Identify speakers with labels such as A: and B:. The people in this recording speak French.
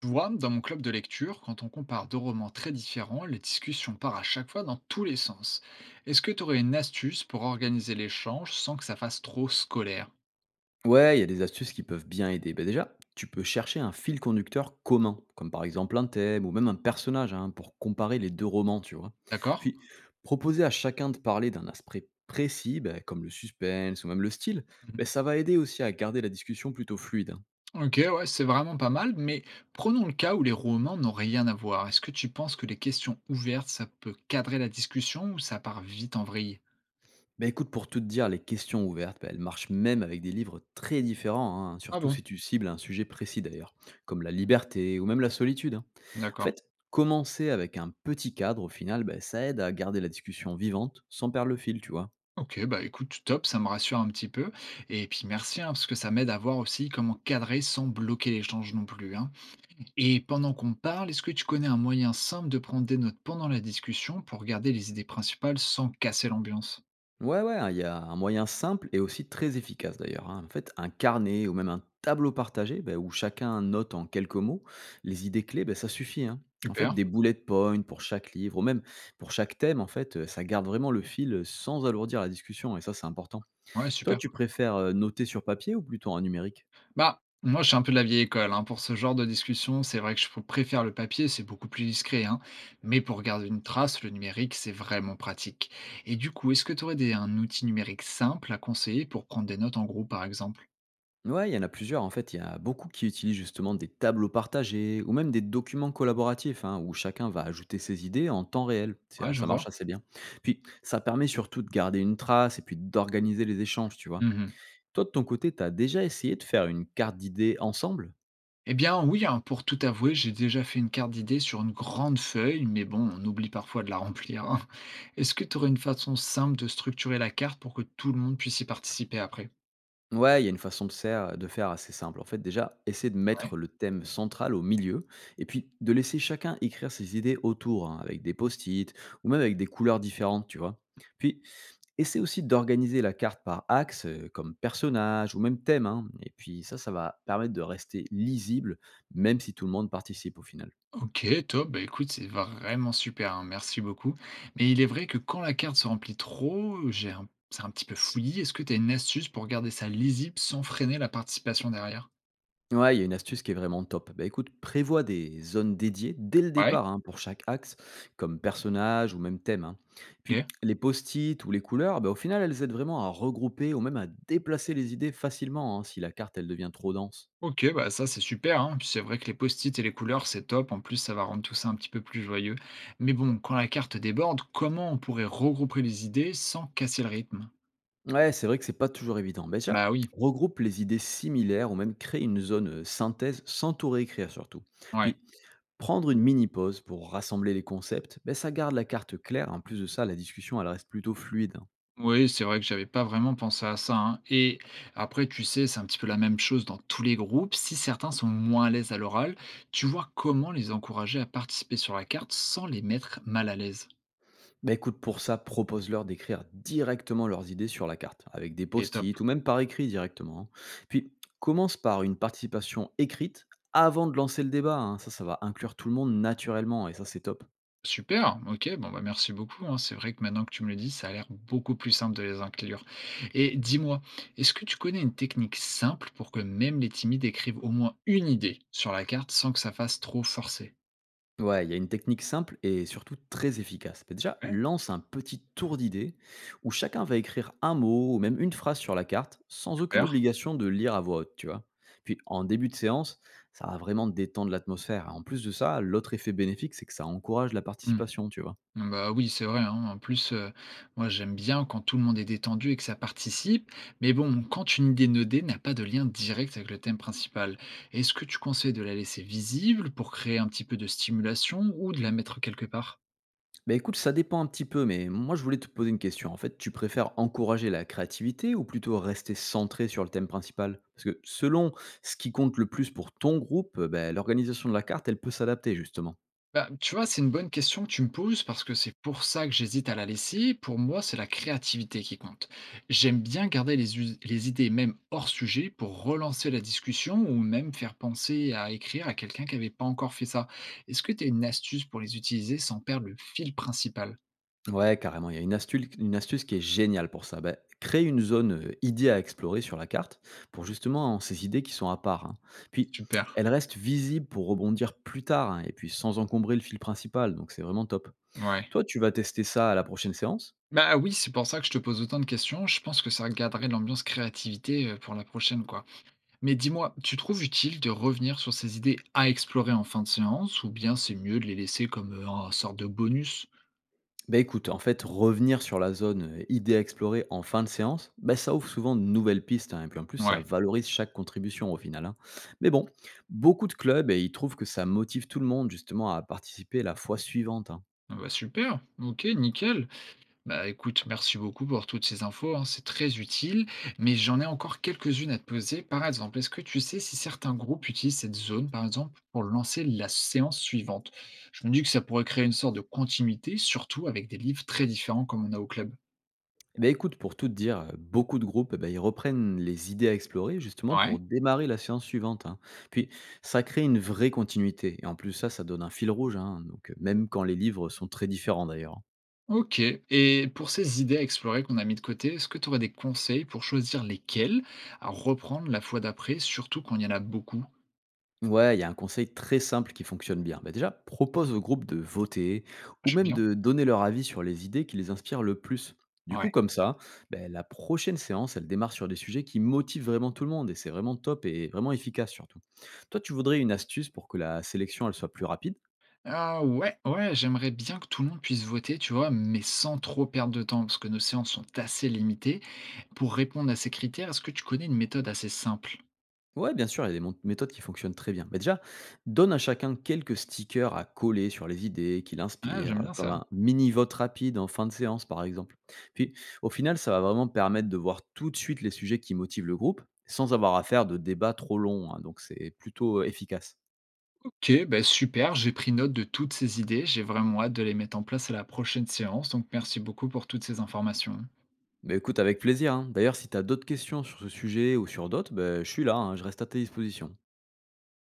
A: Tu vois, dans mon club de lecture, quand on compare deux romans très différents, les discussions partent à chaque fois dans tous les sens. Est-ce que tu aurais une astuce pour organiser l'échange sans que ça fasse trop scolaire?
B: Ouais, il y a des astuces qui peuvent bien aider. Ben déjà, tu peux chercher un fil conducteur commun, comme par exemple un thème ou même un personnage, hein, pour comparer les deux romans, tu vois.
A: D'accord.
B: Puis, proposer à chacun de parler d'un aspect précis, ben, comme le suspense ou même le style, ben,
A: Mhm.
B: ça va aider aussi à garder la discussion plutôt fluide, hein.
A: Ok, ouais, c'est vraiment pas mal, mais prenons le cas où les romans n'ont rien à voir. Est-ce que tu penses que les questions ouvertes, ça peut cadrer la discussion ou ça part vite en vrille?
B: Bah, écoute, pour tout te dire, les questions ouvertes, bah, elles marchent même avec des livres très différents, hein,
A: Ah
B: surtout
A: bon?
B: si tu cibles un sujet précis d'ailleurs, comme la liberté ou même la solitude, hein. En
A: D'accord.
B: fait, commencer avec un petit cadre, au final, bah, ça aide à garder la discussion vivante sans perdre le fil, tu vois.
A: Ok, bah écoute, top, ça me rassure un petit peu. Et puis merci, hein, parce que ça m'aide à voir aussi comment cadrer sans bloquer l'échange non plus, hein. Et pendant qu'on parle, est-ce que tu connais un moyen simple de prendre des notes pendant la discussion pour garder les idées principales sans casser l'ambiance?
B: Ouais, ouais, hein, il y a un moyen simple et aussi très efficace d'ailleurs, hein. En fait, un carnet ou même un tableau partagé ben, où chacun note en quelques mots les idées clés, ben, ça suffit, hein. En fait,
A: Super,
B: des bullet points pour chaque livre ou même pour chaque thème, en fait, ça garde vraiment le fil, sans alourdir la discussion et ça, c'est important.
A: ouais,
B: Toi,
A: super.
B: tu préfères noter sur papier ou plutôt en numérique?
A: Bah, moi, je suis un peu de la vieille école, hein. Pour ce genre de discussion, c'est vrai que je préfère le papier, c'est beaucoup plus discret, hein. Mais pour garder une trace, le numérique, c'est vraiment pratique. Et du coup, est-ce que tu aurais un outil numérique simple à conseiller pour prendre des notes en groupe, par exemple?
B: Ouais, il y en a plusieurs. En fait, il y a beaucoup qui utilisent justement des tableaux partagés ou même des documents collaboratifs hein, où chacun va ajouter ses idées en temps réel.
A: Ouais,
B: Ça,
A: je
B: ça marche
A: vois.
B: assez bien. Puis, ça permet surtout de garder une trace et puis d'organiser les échanges, tu vois. Toi, de ton côté, tu as déjà essayé de faire une carte d'idées ensemble?
A: Eh bien oui, hein, pour tout avouer, j'ai déjà fait une carte d'idées sur une grande feuille, mais bon, on oublie parfois de la remplir, hein. Est-ce que tu aurais une façon simple de structurer la carte pour que tout le monde puisse y participer après?
B: Ouais, il y a une façon de faire assez simple. En fait, déjà, essayer de
A: Ouais.
B: mettre le thème central au milieu et puis de laisser chacun écrire ses idées autour, hein, avec des post-it ou même avec des couleurs différentes, tu vois. Puis, essaie aussi d'organiser la carte par axe, comme personnage ou même thème, hein. Et puis ça va permettre de rester lisible, même si tout le monde participe au final.
A: Ok, top, bah écoute, c'est vraiment super, hein, merci beaucoup. Mais il est vrai que quand la carte se remplit trop, c'est un petit peu fouillis. Est-ce que tu as une astuce pour garder ça lisible sans freiner la participation derrière?
B: Ouais, il y a une astuce qui est vraiment top. Bah, écoute, prévois des zones dédiées dès le
A: Ouais.
B: départ hein, pour chaque axe, comme personnage ou même thème, hein. Puis
A: Ok.
B: les post-it ou les couleurs, bah, au final, elles aident vraiment à regrouper ou même à déplacer les idées facilement hein, si la carte elle devient trop dense.
A: Ok, bah, ça, c'est super, hein. Puis c'est vrai que les post-it et les couleurs, c'est top. En plus, ça va rendre tout ça un petit peu plus joyeux. Mais bon, quand la carte déborde, comment on pourrait regrouper les idées sans casser le rythme?
B: Ouais, c'est vrai que c'est pas toujours évident. Mais déjà,
A: Bah oui,
B: regroupe les idées similaires ou même crée une zone, synthèse sans tout réécrire surtout.
A: ouais.
B: Puis prendre une mini pause pour rassembler les concepts, ben ça garde la carte claire. En plus de ça, la discussion elle reste plutôt fluide, hein.
A: Oui, c'est vrai que j'avais pas vraiment pensé à ça, hein. Et après, tu sais, c'est un petit peu la même chose dans tous les groupes. Si certains sont moins à l'aise à l'oral, tu vois comment les encourager à participer sur la carte sans les mettre mal à l'aise.
B: Bah écoute, pour ça, propose-leur d'écrire directement leurs idées sur la carte, avec des
A: Et top.
B: post-it ou même par écrit directement, hein. Puis commence par une participation écrite avant de lancer le débat, hein. Ça va inclure tout le monde naturellement et ça, c'est top.
A: Super, ok, bon, bah, merci beaucoup, hein. C'est vrai que maintenant que tu me le dis, ça a l'air beaucoup plus simple de les inclure et dis-moi, est-ce que tu connais une technique simple pour que même les timides écrivent au moins une idée sur la carte sans que ça fasse trop forcé?
B: Ouais, il y a une technique simple et surtout très efficace. Mais déjà,
A: Ouais,
B: lance un petit tour d'idées où chacun va écrire un mot ou même une phrase sur la carte sans aucune
A: super.
B: obligation de lire à voix haute, tu vois. Puis en début de séance, ça va vraiment détendre l'atmosphère. En plus de ça, l'autre effet bénéfique, c'est que ça encourage la
A: Mmh.
B: participation, tu vois.
A: Bah, oui, c'est vrai, hein. En plus, moi, j'aime bien quand tout le monde est détendu et que ça participe, mais bon, quand une idée nodée n'a pas de lien direct avec le thème principal, est-ce que tu conseilles de la laisser visible pour créer un petit peu de stimulation ou de la mettre quelque part?
B: Bah écoute, ça dépend un petit peu, mais moi je voulais te poser une question. En fait, tu préfères encourager la créativité ou plutôt rester centré sur le thème principal? Parce que selon ce qui compte le plus pour ton groupe, bah, l'organisation de la carte, elle peut s'adapter justement.
A: Bah, tu vois, c'est une bonne question que tu me poses parce que c'est pour ça que j'hésite à la laisser. Pour moi, c'est la créativité qui compte. J'aime bien garder les idées même hors sujet pour relancer la discussion ou même faire penser à écrire à quelqu'un qui n'avait pas encore fait ça. Est-ce que tu as une astuce pour les utiliser sans perdre le fil principal?
B: Ouais, carrément. Il y a une astuce qui est géniale pour ça. Ben, créer une zone, idée à explorer sur la carte pour justement hein, ces idées qui sont à part, hein. Puis,
A: Super.
B: elles restent visibles pour rebondir plus tard hein, et puis sans encombrer le fil principal. Donc, c'est vraiment top.
A: Ouais.
B: Toi, tu vas tester ça à la prochaine séance?
A: Bah oui, c'est pour ça que je te pose autant de questions. Je pense que ça garderait l'ambiance créativité pour la prochaine, quoi. Mais dis-moi, tu trouves utile de revenir sur ces idées à explorer en fin de séance ou bien c'est mieux de les laisser comme un sorte de bonus?
B: Bah écoute, en fait, revenir sur la zone, idée à explorer en fin de séance, bah, ça ouvre souvent de nouvelles pistes, hein, et puis en plus, ça
A: Ouais.
B: valorise chaque contribution au final, hein. Mais bon, beaucoup de clubs, et ils trouvent que ça motive tout le monde justement à participer la fois suivante, hein.
A: Ah bah super, ok, nickel. Bah écoute, merci beaucoup pour toutes ces infos, hein, c'est très utile, mais j'en ai encore quelques-unes à te poser. Par exemple, est-ce que tu sais si certains groupes utilisent cette zone, par exemple, pour lancer la séance suivante? Je me dis que ça pourrait créer une sorte de continuité, surtout avec des livres très différents comme on a au club.
B: Eh beh, écoute, pour tout te dire, beaucoup de groupes, eh beh, ils reprennent les idées à explorer justement pour
A: Ouais.
B: démarrer la séance suivante, hein. Puis ça crée une vraie continuité et en plus ça, ça donne un fil rouge, hein, donc, même quand les livres sont très différents d'ailleurs, hein.
A: Ok. Et pour ces idées à explorer qu'on a mis de côté, est-ce que tu aurais des conseils pour choisir lesquelles à reprendre la fois d'après, surtout quand il y en a beaucoup?
B: Ouais, il y a un conseil très simple qui fonctionne bien. Bah, déjà, propose au groupe de voter ou
A: J'aime
B: même
A: bien.
B: de donner leur avis sur les idées qui les inspirent le plus. Du
A: Ouais.
B: coup, comme ça, ben la prochaine séance, elle démarre sur des sujets qui motivent vraiment tout le monde et c'est vraiment top et vraiment efficace surtout. Toi, tu voudrais une astuce pour que la sélection, elle soit plus rapide?
A: Ah ouais, ouais, j'aimerais bien que tout le monde puisse voter, tu vois, mais sans trop perdre de temps, parce que nos séances sont assez limitées. Pour répondre à ces critères, est-ce que tu connais une méthode assez simple?
B: Ouais, bien sûr, il y a des méthodes qui fonctionnent très bien. Mais déjà, donne à chacun quelques stickers à coller sur les idées qui
A: Ah,
B: l'inspirent,
A: j'aime bien
B: comme
A: ça.
B: un mini-vote rapide en fin de séance, par exemple. Puis, au final, ça va vraiment permettre de voir tout de suite les sujets qui motivent le groupe, sans avoir à faire de débats trop longs, hein, donc, c'est plutôt, efficace.
A: Ok, bah super, j'ai pris note de toutes ces idées, j'ai vraiment hâte de les mettre en place à la prochaine séance, donc merci beaucoup pour toutes ces informations.
B: Mais écoute, avec plaisir, hein. D'ailleurs, si tu as d'autres questions sur ce sujet ou sur d'autres, ben, je suis là, hein, je reste à tes dispositions.